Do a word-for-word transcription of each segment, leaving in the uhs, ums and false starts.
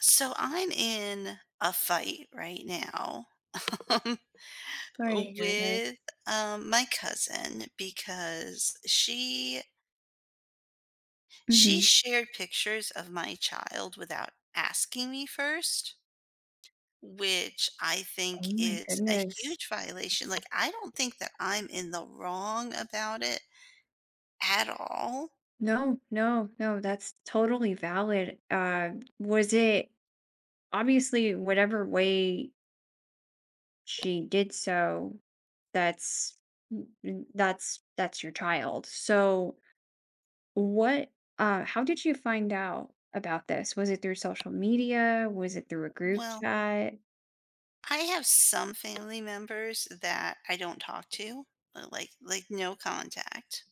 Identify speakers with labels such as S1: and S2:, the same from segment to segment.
S1: So I'm in a fight right now. um,
S2: Sorry to hear this.
S1: with um, my cousin because she she
S2: Mhm.
S1: shared pictures of my child without asking me first, which I think
S2: Oh my
S1: is a
S2: goodness.
S1: huge violation. Like I don't think that I'm in the wrong about it at all.
S2: No, no, no, that's totally valid. Uh, was it obviously whatever way she did so, that's n- that's that's your child. So what uh how did you find out about this? Was it through social media? Was it through a group
S1: Well,
S2: chat?
S1: I have some family members that I don't talk to, uh, like like no contact.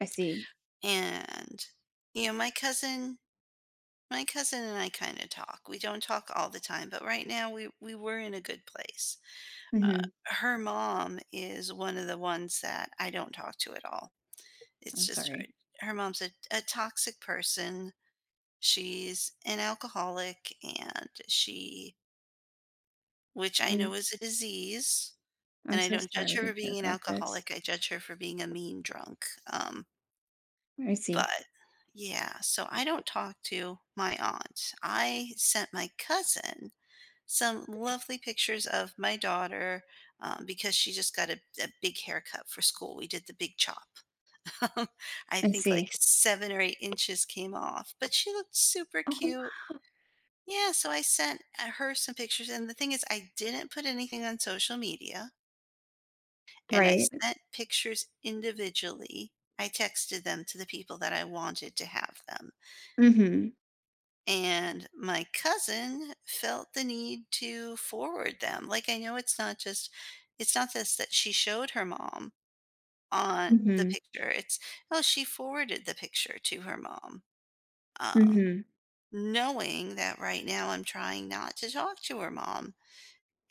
S2: I see.
S1: And, you know, my cousin my cousin and I kinda talk. We don't talk all the time, but right now we we were in a good place. Uh,
S2: Hmm.
S1: Her mom is one of the ones that I don't talk to at all. It's
S2: I'm
S1: just
S2: sorry.
S1: her her mom's a a toxic person. She's an alcoholic and she which I know
S2: Mm,
S1: is a disease,
S2: I'm
S1: and I
S2: so
S1: don't judge
S2: sorry
S1: her
S2: to
S1: for
S2: hear
S1: being an
S2: about this.
S1: alcoholic, I judge her for being a mean drunk. Um
S2: I see.
S1: But yeah, so I don't talk to my aunt. I sent my cousin some lovely pictures of my daughter, um, because she just got a a big haircut for school. We did the big chop. Um, I
S2: I
S1: think like
S2: see.
S1: seven or eight inches came off, but she looked super
S2: Oh,
S1: cute. Yeah, so I sent, uh, her some pictures, and the thing is I didn't put anything on social media, and I
S2: right.
S1: sent pictures individually. I texted them to the people that I wanted to have them.
S2: Mhm.
S1: And my cousin felt the need to forward them. Like, I know it's not just it's not this that she showed her mom on the
S2: Mhm.
S1: picture. It's, oh, she forwarded the picture to her mom. Um,
S2: Mhm.
S1: knowing that right now I'm trying not to talk to her mom.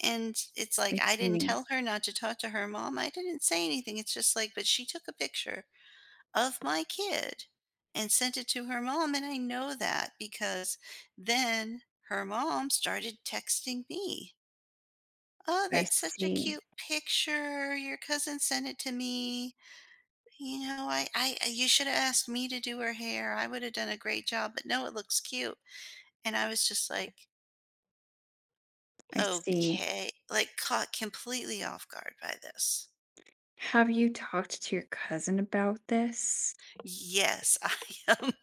S1: And it's
S2: I
S1: like I didn't
S2: see.
S1: tell her not to talk to her mom. I didn't say anything. It's just like, but she took a picture of my kid and sent it to her mom. And I know that because then her mom started texting me. Oh,
S2: I
S1: that's such a
S2: see.
S1: cute picture. Your cousin sent it to me. You know, I, I, I- you should have asked me to do her hair. I would have done a great job, but no, it looks cute. And I was just like,
S2: I see.
S1: okay, like caught completely off guard by this.
S2: Have you talked to your cousin about this?
S1: Yes, I um,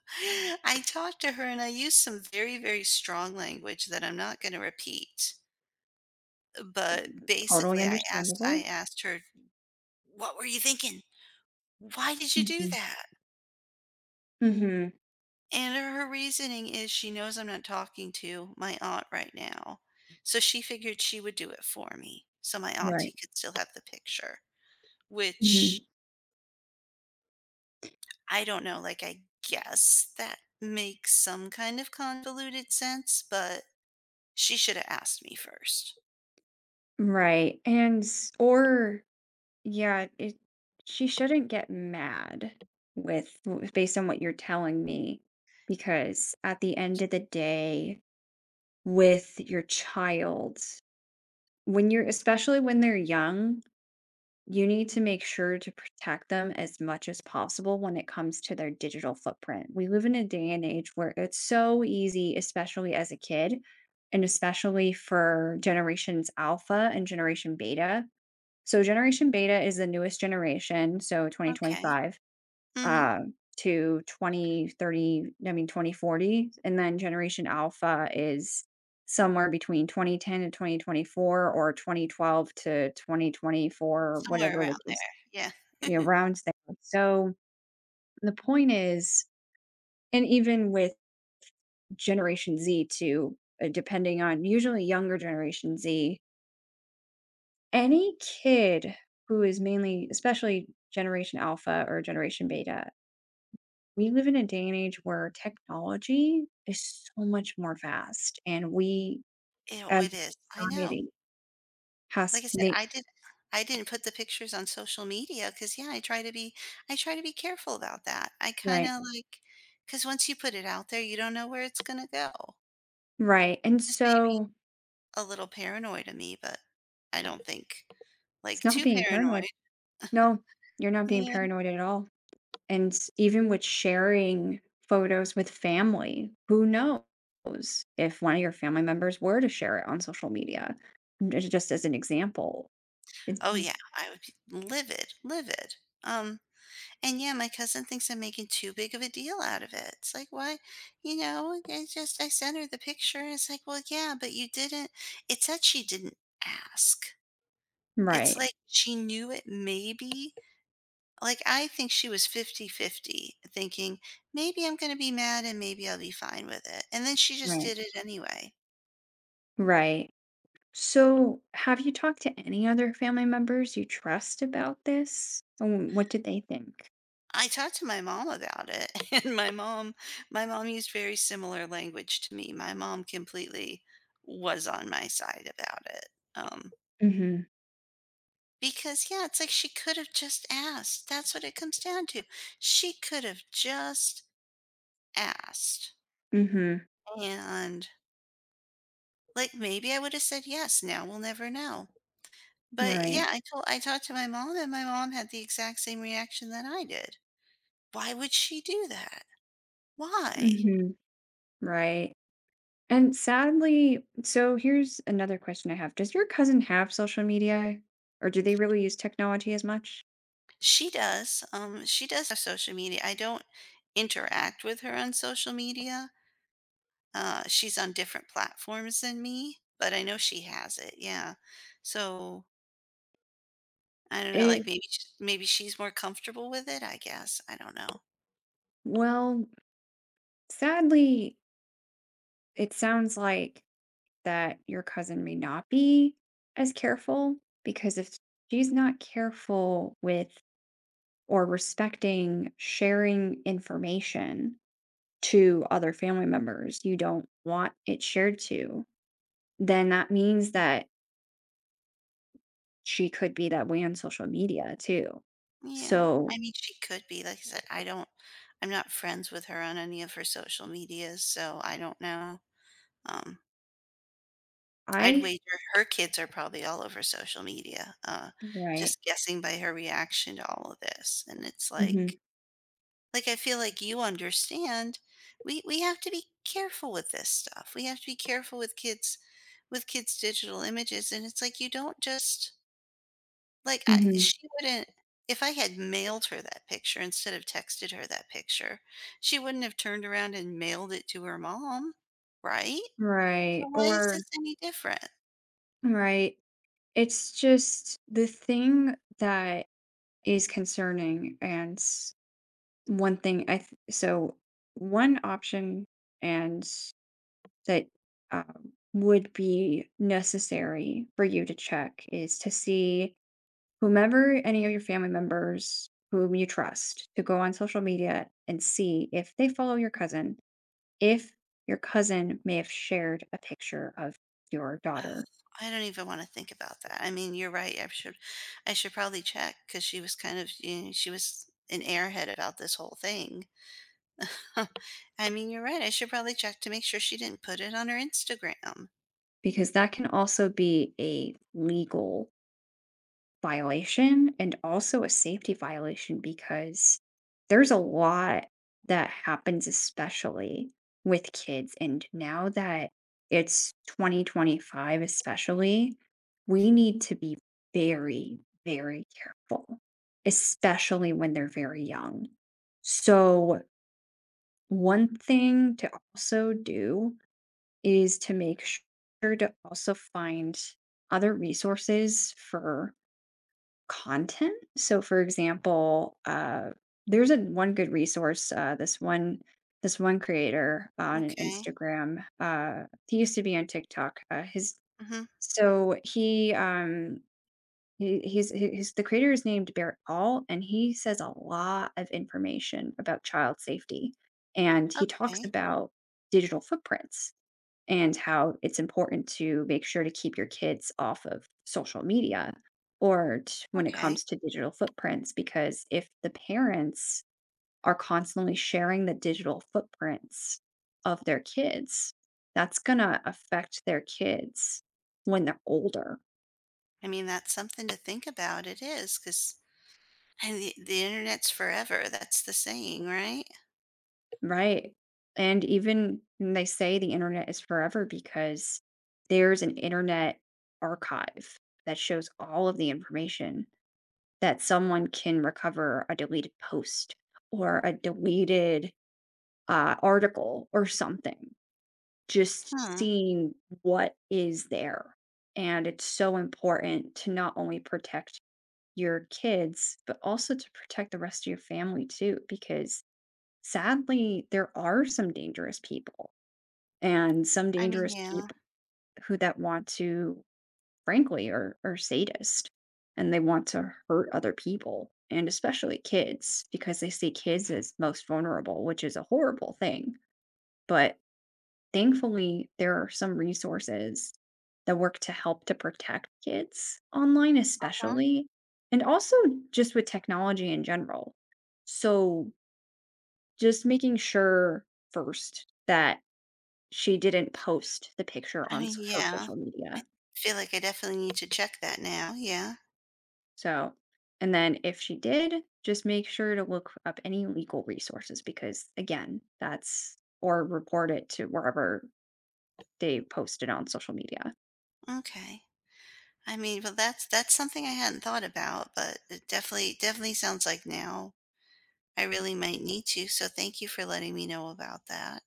S1: I talked to her and I used some very, very strong language that I'm not gonna repeat, but
S2: Totally
S1: basically I asked
S2: understandable.
S1: I asked her, "What were you thinking? Why did you do
S2: Mhm.
S1: that?"
S2: Mhm.
S1: And her reasoning is she knows I'm not talking to my aunt right now, so she figured she would do it for me, so my auntie
S2: Right.
S1: could still have the picture,
S2: Mhm.
S1: which I don't know, like, I guess that makes some kind of convoluted sense, but she shoulda asked me first.
S2: Right. And s- or yeah, it she shouldn't get mad with w- based on what you're telling me, because at the end of the day, with your child, when you're, especially when they're young, you need to make sure to protect them as much as possible when it comes to their digital footprint. We live in a day and age where it's so easy, especially as a kid, and especially for generations alpha and generation beta. So, generation beta is the newest generation, so
S1: Okay.
S2: twenty twenty-five
S1: Mm. Mhm.
S2: uh, to twenty thirty, I mean, twenty forty. And then generation alpha is somewhere between twenty ten to twenty twenty-four or twenty twelve to twenty twenty-four,
S1: Somewhere
S2: whatever the
S1: around
S2: case,
S1: there, yeah.
S2: you know, around there. So the point is, and even with Generation Z too, uh, depending on, usually younger Generation Z, any kid who is mainly, especially Generation Alpha or Generation Beta, we live in a day and age where technology is so much more fast, and we
S1: It, oh,
S2: as
S1: it is.
S2: a
S1: I know.
S2: society has
S1: Like I
S2: to
S1: said,
S2: they
S1: I did I didn't put the pictures on social media because, yeah, I try to be I try to be careful about that. I
S2: right,
S1: kinda, like like, because once you put it out there, you don't know where it's gonna go,
S2: right,
S1: which
S2: and
S1: is maybe
S2: so
S1: a little paranoid of me, but I don't think,
S2: it's
S1: like,
S2: not
S1: too
S2: being paranoid.
S1: paranoid.
S2: No, you're not being
S1: Yeah.
S2: paranoid at all. And even with sharing photos with family, who knows if one of your family members were to share it on social media? Ju- Just as an example. It's,
S1: Oh, yeah, I would be livid, livid. Um And yeah, my cousin thinks I'm making too big of a deal out of it. It's like, why, you know, I just, I sent her the picture. And it's like, well, yeah, but you didn't. It's that she didn't ask. It's
S2: right,
S1: like she knew it maybe. Like, I think she was fifty-fifty thinking maybe I'm going to be mad and maybe I'll be fine with it. And then she just
S2: right,
S1: did it anyway.
S2: right. So, have you talked to any other family members you trust about this? And what did they think?
S1: I talked to my mom about it, and my mom, my mom used very similar language to me. My mom completely was on my side about it. Um,
S2: Mm-hmm.
S1: Because, yeah, it's like she could have just asked. That's what it comes down to. She could have just asked.
S2: Mm-hmm.
S1: And like maybe I would have said yes. Now we'll never know. But yeah,
S2: Right.
S1: I told I talked to my mom and my mom had the exact same reaction that I did. Why would she do that? Why?
S2: Mm-hmm. Right. And sadly, so here's another question I have. Does your cousin have social media, or do they really use technology as much?
S1: She does. Um she does have social media. I don't interact with her on social media. Uh she's on different platforms than me, but I know she has it. Yeah. So I don't know,
S2: It,
S1: like, maybe sh maybe she's more comfortable with it, I guess, I don't know.
S2: well, sadly, it sounds like that your cousin may not be as careful, because if she's not careful with or respecting sharing information to other family members you don't want it shared to, then that means that she could be that way on social media too.
S1: Yeah,
S2: So
S1: I mean, she could be, like I said, I don't I'm not friends with her on any of her social medias, so I don't know. Um, I'd
S2: I
S1: wager her kids are probably all over social media, uh,
S2: right.
S1: just guessing by her reaction to all of this, and it's like
S2: Hmm.
S1: like, I feel like you understand, we we have to be careful with this stuff, we have to be careful with kids with kids' digital images, and it's like you don't just like, I
S2: Hmm.
S1: she wouldn't if I had mailed her that picture instead of texted her that picture, she wouldn't have turned around and mailed it to her mom, right? So
S2: Right.
S1: why is
S2: Or
S1: this any different?
S2: right. It's just the thing that is concerning and s- one thing I th- so one option, and that um, would be necessary for you to check is to see whomever, any of your family members whom you trust, to go on social media and see if they follow your cousin, if your cousin may have shared a picture of your
S1: Ugh,
S2: daughter,
S1: I don't even wanna think about that. I mean, you're right, I should I should probably check because she was kind of, you know, she was an airhead about this whole thing. I mean, you're right, I should probably check to make sure she didn't put it on her Instagram.
S2: because that can also be a legal violation and also a safety violation, because there's a lot that happens, especially with kids. And now that it's twenty twenty-five, especially, we need to be very, very careful, especially when they're very young. So, one thing to also do is to make sure to also find other resources for content. So, for example, uh, there's a one good resource. Uh, this one, this one creator on
S1: Okay.
S2: Instagram. Uh, he used to be on TikTok. Uh, his
S1: Mm-hmm. Okay.
S2: so he um he, he's he- he's the creator is named Barrett Paul, and he says a lot of information about child safety, and he talks about digital footprints and how it's important to make sure to keep your kids off of social media, or t- when it
S1: Okay.
S2: comes to digital footprints. Because if the parents are constantly sharing the digital footprints of their kids, that's going to affect their kids when they're older,
S1: I mean, that's something to think about. It is, 'cause and the the internet's forever. That's the saying, right?
S2: right? And even when they say the internet is forever, because there's an internet archive that shows all of the information, that someone can recover a deleted post or a deleted uh, article or something, just
S1: Hmm.
S2: seeing what is there. And it's so important to not only protect your kids, but also to protect the rest of your family too, because sadly, there are some dangerous people, and some
S1: I mean,
S2: dangerous
S1: yeah.
S2: people who that want to, frankly, are are sadist, and they want to hurt other people, and especially kids, because they see kids as most vulnerable, which is a horrible thing. But thankfully, there are some resources that work to help to protect kids online,
S1: Uh-huh.
S2: especially, and also just with technology in general. So, just making sure first that she didn't post the picture
S1: I
S2: on
S1: mean,
S2: s- her
S1: yeah.
S2: social media.
S1: Feel like I definitely need to check that now. Yeah.
S2: So, and then if she did, just make sure to look up any legal resources, because, again, that's or report it to wherever they post it on social media.
S1: Okay. I mean, well, that's that's something I hadn't thought about, but it definitely definitely sounds like now I really might need to. So thank you for letting me know about that.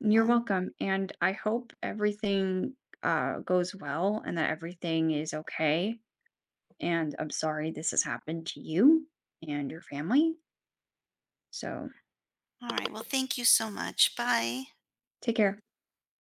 S2: You're
S1: Um,
S2: welcome. And I hope everything uh, goes well and that everything is okay. And I'm sorry this has happened to you and your family. So,
S1: all right. Well, thank you so much. Bye.
S2: take care.